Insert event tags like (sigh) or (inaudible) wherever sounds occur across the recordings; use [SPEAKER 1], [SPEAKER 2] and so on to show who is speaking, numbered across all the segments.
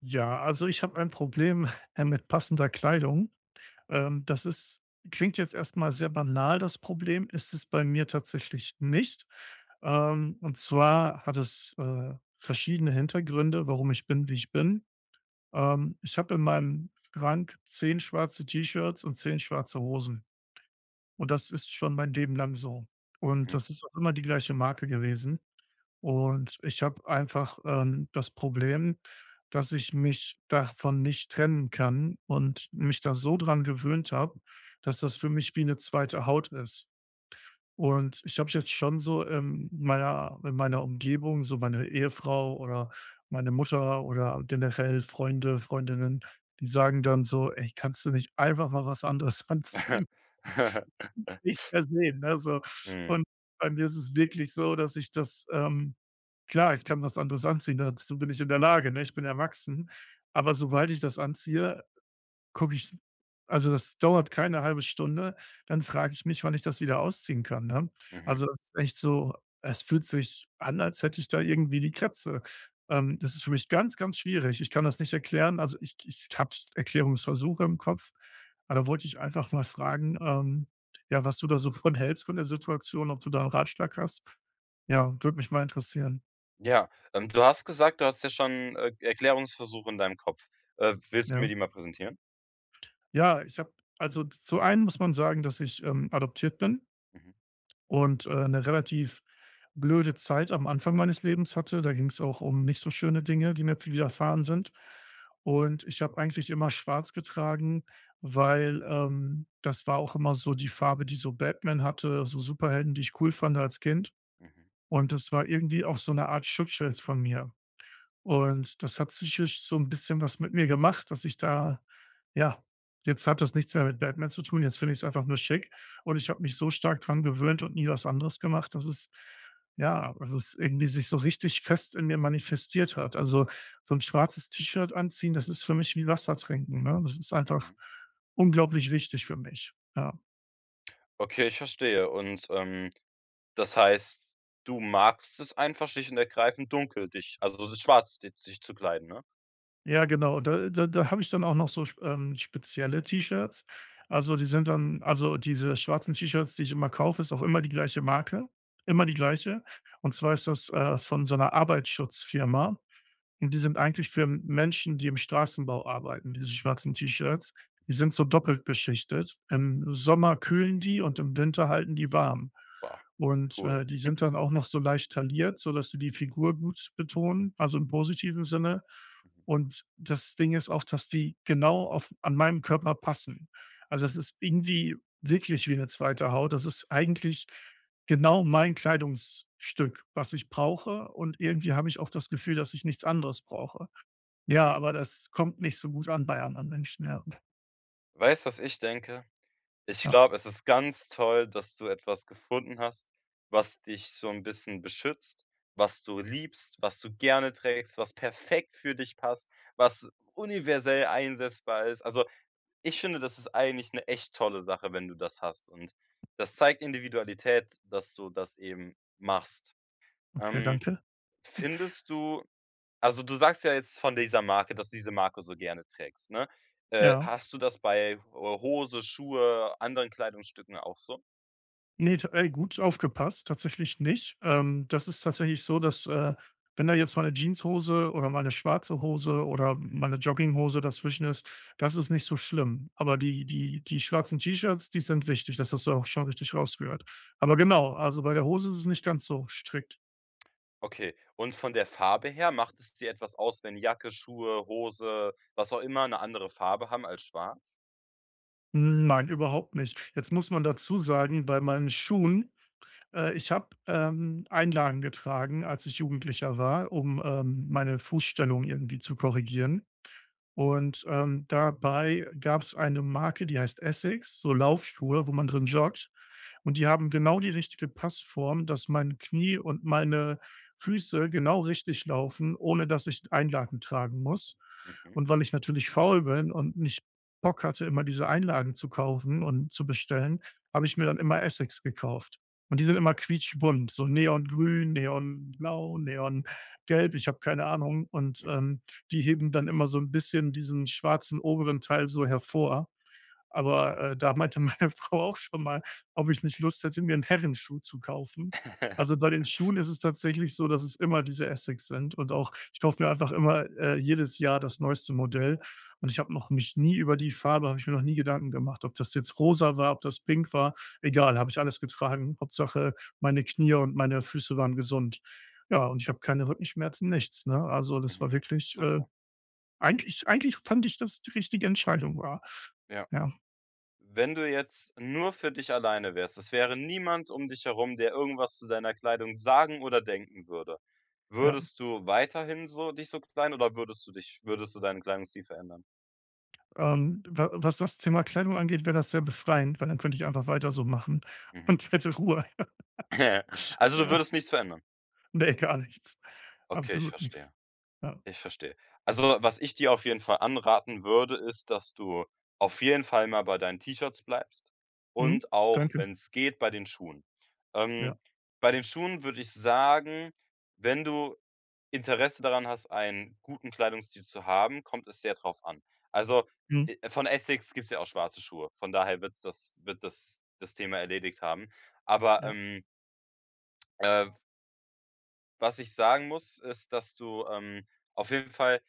[SPEAKER 1] Ja, also ich habe ein Problem (laughs) mit passender Kleidung. Das ist Klingt jetzt erstmal sehr banal, das Problem, ist es bei mir tatsächlich nicht. Und zwar hat es, verschiedene Hintergründe, warum ich bin, wie ich bin. Ich habe in meinem Schrank 10 schwarze T-Shirts und 10 schwarze Hosen und das ist schon mein Leben lang so. Und
[SPEAKER 2] Mhm.
[SPEAKER 1] das ist auch immer die gleiche Marke gewesen. Und ich habe einfach, das Problem, dass ich mich davon nicht trennen kann und mich da so dran gewöhnt habe, dass das für mich wie eine zweite Haut ist. Und ich habe jetzt schon so in meiner Umgebung, so meine Ehefrau oder meine Mutter oder generell Freunde, Freundinnen, die sagen dann so: „Ey, kannst du nicht einfach mal was anderes (laughs) anziehen?"
[SPEAKER 2] (laughs)
[SPEAKER 1] nicht mehr sehen, ne, so.
[SPEAKER 2] Mhm,
[SPEAKER 1] Und bei mir ist es wirklich so, dass ich das, klar, ich kann was anderes anziehen, dazu bin ich in der Lage, ne? Ich bin erwachsen. Aber sobald ich das anziehe gucke ich, also, das dauert keine halbe Stunde, dann frage ich mich, wann ich das wieder ausziehen kann, ne?
[SPEAKER 2] mhm.
[SPEAKER 1] Also, das ist echt so, es fühlt sich an, als hätte ich da irgendwie die Kratze. Das ist für mich ganz, ganz schwierig. Ich kann das nicht erklären. Also, ich habe Erklärungsversuche im Kopf, aber da wollte ich einfach mal fragen, ja, was du da so von hältst von der Situation, ob du da 'n Ratschlag hast? Ja, würde mich mal interessieren,
[SPEAKER 2] Ja, du hast gesagt, du hast ja schon, Erklärungsversuche in deinem Kopf. Willst du mir
[SPEAKER 1] ja.
[SPEAKER 2] die mal präsentieren?
[SPEAKER 1] Ja, ich habe also, zu einem muss man sagen, dass ich, adoptiert bin.
[SPEAKER 2] Mhm,
[SPEAKER 1] Und, 'ne relativ blöde Zeit am Anfang meines Lebens hatte. Da ging es auch um nicht so schöne Dinge, die mir widerfahren sind. Und ich habe eigentlich immer schwarz getragen, weil, das war auch immer so die Farbe, die so Batman hatte, so Superhelden, die ich cool fand als Kind.
[SPEAKER 2] mhm,
[SPEAKER 1] Und das war irgendwie auch so eine Art Schutzschild von mir. Und das hat psychisch so ein bisschen was mit mir gemacht, dass ich da ja, jetzt hat das nichts mehr mit Batman zu tun, jetzt finde ich es einfach nur schick und ich habe mich so stark dran gewöhnt und nie was anderes gemacht, dass es ja, dass es irgendwie sich so richtig fest in mir manifestiert hat. Also, so ein schwarzes T-Shirt anziehen, das ist für mich wie Wasser trinken, ne? Das ist einfach
[SPEAKER 2] mhm.
[SPEAKER 1] unglaublich wichtig für mich, ja.
[SPEAKER 2] Okay, ich verstehe und, das heißt, du magst es einfach schlicht und ergreifend dunkel dich, also schwarz di dich zu kleiden, ne?
[SPEAKER 1] Ja, genau. Da habe ich dann auch noch so spezielle T-Shirts. Also, die sind dann also, diese schwarzen T-Shirts, die ich immer kaufe, ist auch immer die gleiche Marke, immer die gleiche. Und zwar ist das, von so einer Arbeitsschutzfirma. Und die sind eigentlich für Menschen, die im Straßenbau arbeiten, diese schwarzen T-Shirts. Die sind so doppelt beschichtet. Im Sommer kühlen die und im Winter halten die warm.
[SPEAKER 2] Boah,
[SPEAKER 1] Und,
[SPEAKER 2] cool.
[SPEAKER 1] die sind dann auch noch so leicht tailliert, sodass sie die Figur gut betonen, also im positiven Sinne.
[SPEAKER 2] Mhm,
[SPEAKER 1] Und das Ding ist auch, dass die genau auf an meinem Körper passen. Also, es ist irgendwie wirklich wie eine zweite Haut. Das ist eigentlich genau mein Kleidungsstück, was ich brauche und irgendwie habe ich auch das Gefühl, dass ich nichts anderes brauche. Ja,
[SPEAKER 2] mhm.
[SPEAKER 1] aber das kommt nicht so gut an bei anderen Menschen, ja.
[SPEAKER 2] Weißt du, was ich denke? Ich
[SPEAKER 1] Ja,
[SPEAKER 2] glaube, es ist ganz toll, dass du etwas gefunden hast, was dich so 'n bisschen beschützt, was du liebst, was du gerne trägst, was perfekt für dich passt, was universell einsetzbar ist. Also, ich finde, das ist eigentlich 'ne echt tolle Sache, wenn du das hast und das zeigt Individualität, dass du das eben machst.
[SPEAKER 1] okay,
[SPEAKER 2] Ähm,
[SPEAKER 1] danke.
[SPEAKER 2] Findest du also, du sagst ja jetzt von dieser Marke, dass du diese Marke so gerne trägst, ne?
[SPEAKER 1] Ja.
[SPEAKER 2] Hast du das bei, Hose, Schuhe, anderen Kleidungsstücken auch so?
[SPEAKER 1] Ne, t ey, gut aufgepasst, tatsächlich nicht. Das ist tatsächlich so, dass, wenn da jetzt mal eine Jeanshose oder mal eine schwarze Hose oder mal eine Jogginghose dazwischen ist, das ist nicht so schlimm. Aber die schwarzen T-Shirts, die sind wichtig, das hast du auch schon richtig rausgehört. Aber genau, also bei der Hose ist es nicht ganz so strikt.
[SPEAKER 2] Okay. Und von der Farbe her, macht es dir etwas aus, wenn Jacke, Schuhe, Hose, was auch immer, eine andere Farbe haben als schwarz?
[SPEAKER 1] Hm, nein, überhaupt nicht. Jetzt muss man dazu sagen, bei meinen Schuhen, ich habe, Einlagen getragen, als ich Jugendlicher war, um, meine Fußstellung irgendwie zu korrigieren. Und, dabei gab es eine Marke, die heißt Essex, so Laufschuhe, wo man drin joggt. Und die haben genau die richtige Passform, dass mein Knie und meine Füße genau richtig laufen, ohne dass ich Einlagen tragen muss.
[SPEAKER 2] Mhm,
[SPEAKER 1] Und weil ich natürlich faul bin und nicht Bock hatte, immer diese Einlagen zu kaufen und zu bestellen, habe ich mir dann immer Essex gekauft. Und die sind immer quietschbunt, so neongrün, neonblau, neongelb, ich habe keine Ahnung. Und,
[SPEAKER 2] mhm.
[SPEAKER 1] die heben dann immer so ein bisschen diesen schwarzen oberen Teil so hervor. Aber, da meinte meine (laughs) Frau auch schon mal, ob ich nicht Lust hätte, mir einen Herrenschuh zu kaufen. Also,
[SPEAKER 2] (laughs)
[SPEAKER 1] bei den Schuhen ist es tatsächlich so, dass es immer diese Essex sind und auch ich kaufe mir einfach immer, jedes Jahr das neueste Modell und ich habe noch mich nie über die Farbe habe ich mir noch nie Gedanken gemacht, ob das jetzt rosa war, ob das pink war. Egal, habe ich alles getragen. Hauptsache, meine Knie und meine Füße waren gesund. Ja, und ich habe keine Rückenschmerzen, nichts, ne? Also, das war
[SPEAKER 2] Mhm.
[SPEAKER 1] wirklich, äh
[SPEAKER 2] Super,
[SPEAKER 1] eigentlich eigentlich fand ich, dass die richtige Entscheidung war.
[SPEAKER 2] ja.
[SPEAKER 1] Ja,
[SPEAKER 2] Wenn du jetzt nur für dich alleine wärst, es wäre niemand um dich herum, der irgendwas zu deiner Kleidung sagen oder denken würde.
[SPEAKER 1] ja.
[SPEAKER 2] Würdest du weiterhin so dich so kleiden oder würdest du deinen Kleidungsstil verändern?
[SPEAKER 1] Wa was das Thema Kleidung angeht, wäre das sehr befreiend, weil dann könnte ich einfach weiter so machen
[SPEAKER 2] Mhm.
[SPEAKER 1] und hätte Ruhe.
[SPEAKER 2] (laughs)
[SPEAKER 1] (laughs)
[SPEAKER 2] Also, du
[SPEAKER 1] Ja,
[SPEAKER 2] würdest nichts verändern?
[SPEAKER 1] ne, gar nichts.
[SPEAKER 2] Okay, ich
[SPEAKER 1] Absolut nichts.
[SPEAKER 2] verstehe.
[SPEAKER 1] Ja.
[SPEAKER 2] Ich verstehe. Also, was ich dir auf jeden Fall anraten würde, ist, dass du auf jeden Fall mal bei deinen T-Shirts bleibst
[SPEAKER 1] Mhm.
[SPEAKER 2] und auch,
[SPEAKER 1] Danke.
[SPEAKER 2] wenn es geht, bei den Schuhen.
[SPEAKER 1] Ja.
[SPEAKER 2] Ähm, bei den Schuhen würde ich sagen, wenn du Interesse daran hast, einen guten Kleidungsstil zu haben, kommt es sehr drauf an. Also,
[SPEAKER 1] Mhm.
[SPEAKER 2] von Essex gibt es ja auch schwarze Schuhe. Von daher wird's das wird das Thema erledigt haben. Aber,
[SPEAKER 1] Ja.
[SPEAKER 2] äh, was ich sagen muss, ist, dass du, auf jeden Fall,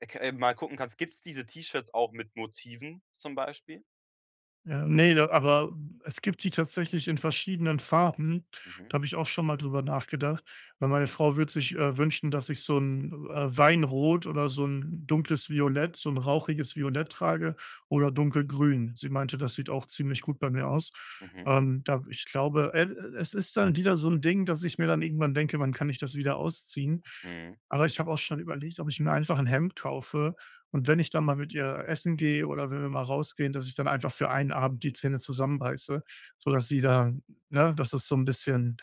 [SPEAKER 2] k mal gucken kannst, gibt's diese T-Shirts auch mit Motiven zum Beispiel?
[SPEAKER 1] Ja, ne, da aber es gibt die tatsächlich in verschiedenen Farben.
[SPEAKER 2] Mhm,
[SPEAKER 1] Da habe ich auch schon mal drüber nachgedacht, weil meine Frau würde sich, wünschen, dass ich so ein Weinrot oder so ein dunkles Violett, so ein rauchiges Violett trage oder dunkelgrün. Sie meinte, das sieht auch ziemlich gut bei mir aus.
[SPEAKER 2] mhm,
[SPEAKER 1] Da ich glaube, es ist dann wieder so ein Ding, dass ich mir dann irgendwann denke: „Wann kann ich das wieder ausziehen?"
[SPEAKER 2] mhm,
[SPEAKER 1] Aber ich habe auch schon überlegt, ob ich mir einfach ein Hemd kaufe und wenn ich dann mal mit ihr essen gehe oder wenn wir mal rausgehen, dass ich dann einfach für einen Abend die Zähne zusammenbeiße, sodass sie da ne, dass es so ein bisschen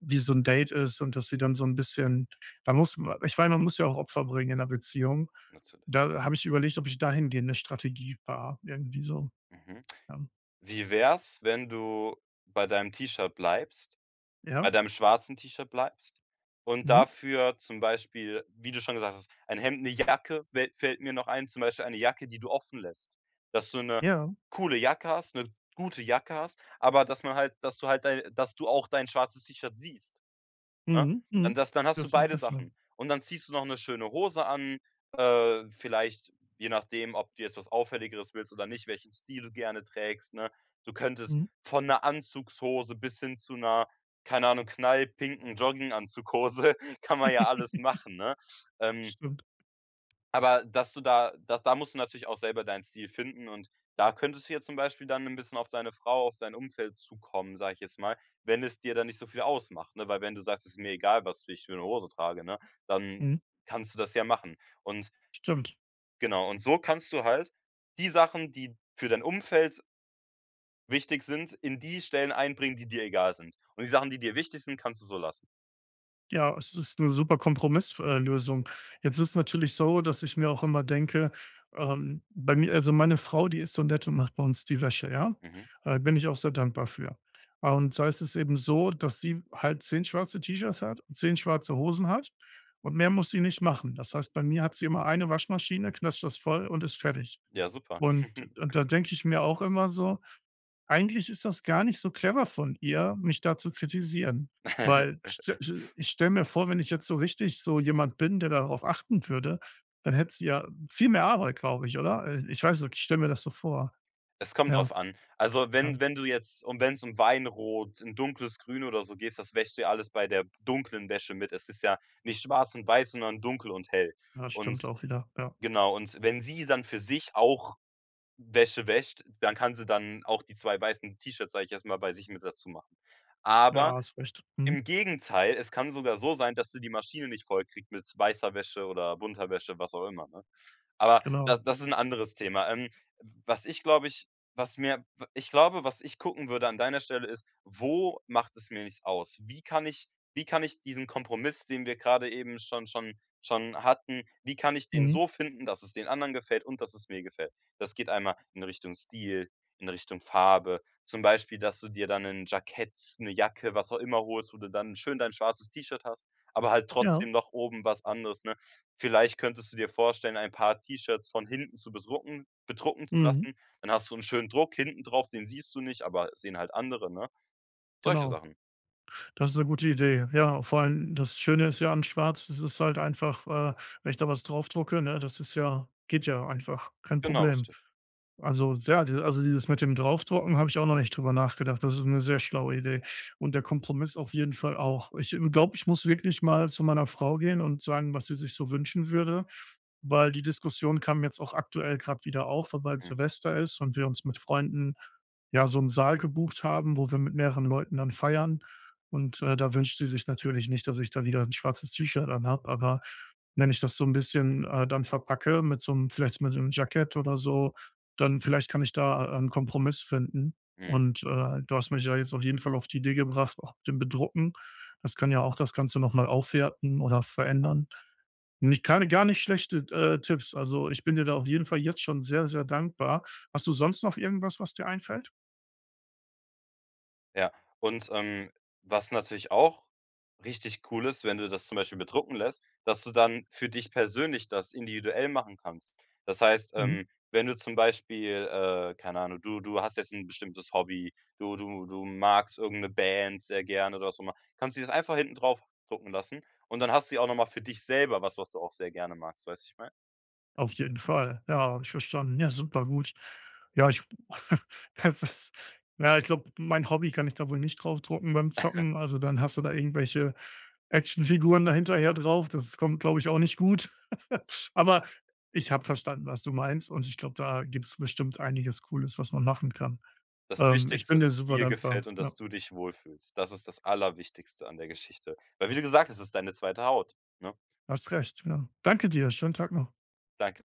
[SPEAKER 1] wie so 'n Date ist und dass sie dann so 'n bisschen da muss ma ich meine, man muss ja auch Opfer bringen in 'ner Beziehung.
[SPEAKER 2] natürlich.
[SPEAKER 1] Da habe ich überlegt, ob ich dahingehend 'ne Strategie fahre, irgendwie so.
[SPEAKER 2] Mhm.
[SPEAKER 1] Ja.
[SPEAKER 2] Wie wär's, wenn du bei deinem T-Shirt bleibst
[SPEAKER 1] Ja.
[SPEAKER 2] bei deinem schwarzen T-Shirt bleibst und
[SPEAKER 1] Mhm.
[SPEAKER 2] dafür zum Beispiel, wie du schon gesagt hast, ein Hemd, 'ne Jacke fällt mir noch ein, zum Beispiel eine Jacke, die du offen lässt. Dass du 'ne
[SPEAKER 1] Ja.
[SPEAKER 2] coole Jacke hast, 'ne gute Jacke hast, aber dass du halt dei dass du auch dein schwarzes T-Shirt siehst. Ne?
[SPEAKER 1] Mhm. Mhm.
[SPEAKER 2] Dann hast du
[SPEAKER 1] Das wird
[SPEAKER 2] beide
[SPEAKER 1] besser.
[SPEAKER 2] Sachen. Und dann ziehst du noch eine schöne Hose an, vielleicht, je nachdem, ob du jetzt was Auffälligeres willst oder nicht, welchen Stil du gerne trägst, ne? Du könntest
[SPEAKER 1] Mhm.
[SPEAKER 2] von einer Anzugshose bis hin zu einer, keine Ahnung, knallpinken Jogginganzughose (laughs) kann man ja alles
[SPEAKER 1] (laughs)
[SPEAKER 2] machen, ne? Ähm.
[SPEAKER 1] Stimmt.
[SPEAKER 2] Aber dass da musst du natürlich auch selber deinen Stil finden und da könntest du ja zum Beispiel dann 'n bisschen auf deine Frau, auf dein Umfeld zukommen, sage ich jetzt mal, wenn es dir dann nicht so viel ausmacht, ne? Weil wenn du sagst: „Es „Ist mir egal, was ich für 'ne Hose trage“, ne, dann
[SPEAKER 1] Mhm.
[SPEAKER 2] kannst du das ja machen. Und
[SPEAKER 1] Stimmt.
[SPEAKER 2] genau, und so kannst du halt die Sachen, die für dein Umfeld wichtig sind, in die Stellen einbringen, die dir egal sind. Und die Sachen, die dir wichtig sind, kannst du so lassen.
[SPEAKER 1] Ja, es ist eine super Kompromisslösung. Jetzt ist natürlich so, dass ich mir auch immer denke, bei mir, also, meine Frau, die ist so nett und macht bei uns die Wäsche, ja?
[SPEAKER 2] Mhm.
[SPEAKER 1] Bin ich auch sehr dankbar für. Und da ist es eben so, dass sie halt 10 schwarze T-Shirts hat und 10 schwarze Hosen hat und mehr muss sie nicht machen. Das heißt, bei mir hat sie immer eine Waschmaschine, knatscht das voll und ist fertig.
[SPEAKER 2] Ja, super.
[SPEAKER 1] Und und da denke ich mir auch immer so: eigentlich ist das gar nicht so clever von ihr, mich da zu kritisieren,
[SPEAKER 2] (laughs)
[SPEAKER 1] weil st st ich stelle mir vor, wenn ich jetzt so richtig so jemand bin, der darauf achten würde, dann hätte sie ja viel mehr Arbeit, glaube ich, oder? Ich weiß nicht, ich stelle mir das so vor.
[SPEAKER 2] Es kommt
[SPEAKER 1] Ja,
[SPEAKER 2] drauf an. Also,
[SPEAKER 1] ja,
[SPEAKER 2] wenn du jetzt und wenn es um Weinrot, ein dunkles Grün oder so gehst, das wäschst du ja alles bei der dunklen Wäsche mit. Es ist ja nicht schwarz und weiß, sondern dunkel und hell.
[SPEAKER 1] ja,
[SPEAKER 2] Und
[SPEAKER 1] stimmt auch wieder. Ja,
[SPEAKER 2] genau, und wenn sie dann für sich auch Wäsche wäscht, dann kann sie dann auch die 2 weißen T-Shirts, sage ich jetzt mal, bei sich mit dazu machen.
[SPEAKER 1] ja,
[SPEAKER 2] Aber
[SPEAKER 1] hast recht. Mhm,
[SPEAKER 2] im Gegenteil, es kann sogar so sein, dass sie die Maschine nicht vollkriegt mit weißer Wäsche oder bunter Wäsche, was auch immer, ne? Aber
[SPEAKER 1] genau.
[SPEAKER 2] das ist ein anderes Thema. Was ich glaube ich was mir w ich glaube, was ich gucken würde an deiner Stelle ist: Wo macht es mir nichts aus? Wie kann ich diesen Kompromiss, den wir gerade eben schon hatten wie kann ich den
[SPEAKER 1] Mhm,
[SPEAKER 2] so finden, dass es den anderen gefällt und dass es mir gefällt? Das geht einmal in Richtung Stil, in Richtung Farbe. Zum Beispiel, dass du dir dann ein Jackett, eine Jacke, was auch immer holst, wo du dann schön dein schwarzes T-Shirt hast, aber halt
[SPEAKER 1] ja,
[SPEAKER 2] trotzdem noch oben was anderes, ne? Vielleicht könntest du dir vorstellen, ein paar T-Shirts von hinten zu bedrucken zu
[SPEAKER 1] mhm,
[SPEAKER 2] lassen. Dann hast du 'n schönen Druck hinten drauf, den siehst du nicht, aber sehen halt andere, ne? Solche
[SPEAKER 1] genau.
[SPEAKER 2] Sachen.
[SPEAKER 1] Das ist eine gute Idee. Ja, vor allem das Schöne ist ja an Schwarz, das ist halt einfach, wenn ich da was draufdrucke, ne, das ist ja geht ja einfach, kein
[SPEAKER 2] Genau,
[SPEAKER 1] Problem.
[SPEAKER 2] richtig.
[SPEAKER 1] Also, ja, die also, dieses mit dem Draufdrucken habe ich auch noch nicht drüber nachgedacht. Das ist eine sehr schlaue Idee und der Kompromiss auf jeden Fall auch. Ich, glaube, ich muss wirklich mal zu meiner Frau gehen und sagen, was sie sich so wünschen würde, weil die Diskussion kam jetzt auch aktuell gerade wieder auf, weil bald
[SPEAKER 2] Mhm,
[SPEAKER 1] Silvester ist und wir uns mit Freunden, ja, so einen Saal gebucht haben, wo wir mit mehreren Leuten dann feiern. Und, da wünscht sie sich natürlich nicht, dass ich da wieder ein schwarzes T-Shirt anhabe, aber wenn ich das so ein bisschen, dann verpacke mit so einem, vielleicht mit so 'nem Jackett oder so, dann vielleicht kann ich da, einen Kompromiss finden.
[SPEAKER 2] mhm,
[SPEAKER 1] Und, du hast mich ja jetzt auf jeden Fall auf die Idee gebracht, auch mit dem Bedrucken. Das kann ja auch das Ganze noch mal aufwerten oder
[SPEAKER 2] genau.
[SPEAKER 1] verändern. Nicht keine gar nicht schlechte, Tipps. Also, ich bin dir da auf jeden Fall jetzt schon sehr, sehr dankbar. Hast du sonst noch irgendwas, was dir einfällt?
[SPEAKER 2] Ja, und, was natürlich auch richtig cool ist, wenn du das zum Beispiel bedrucken lässt, dass du dann für dich persönlich das individuell machen kannst. Das heißt,
[SPEAKER 1] Mhm.
[SPEAKER 2] wenn du zum Beispiel, keine Ahnung, du du hast jetzt ein bestimmtes Hobby, du magst irgendeine Band sehr gerne oder was auch immer, kannst du das einfach hinten drauf drucken lassen und dann hast du ja auch noch mal für dich selber was, was du auch sehr gerne magst, weißt du, ich meine?
[SPEAKER 1] Auf jeden Fall. Ja, habe ich verstanden. Ja, supergut. Ja, ich (laughs) das ist ja, ich glaube, mein Hobby kann ich da wohl nicht draufdrucken beim Zocken. Also, dann hast du da irgendwelche Actionfiguren dahinterher drauf. Das kommt, glaube ich, auch nicht gut. (laughs) Aber ich habe verstanden, was du meinst und ich glaube, da gibt es bestimmt einiges Cooles, was man machen kann.
[SPEAKER 2] Das
[SPEAKER 1] Ich
[SPEAKER 2] Wichtigste
[SPEAKER 1] bin
[SPEAKER 2] ist,
[SPEAKER 1] dir
[SPEAKER 2] dass es
[SPEAKER 1] super
[SPEAKER 2] dir gefällt
[SPEAKER 1] dankbar.
[SPEAKER 2] und
[SPEAKER 1] Ja.
[SPEAKER 2] dass du dich wohlfühlst. Das ist das Allerwichtigste an der Geschichte. Weil wie du gesagt hast, es ist deine zweite Haut, ne?
[SPEAKER 1] Hast recht, ja. Danke dir. Schönen Tag noch.
[SPEAKER 2] Danke.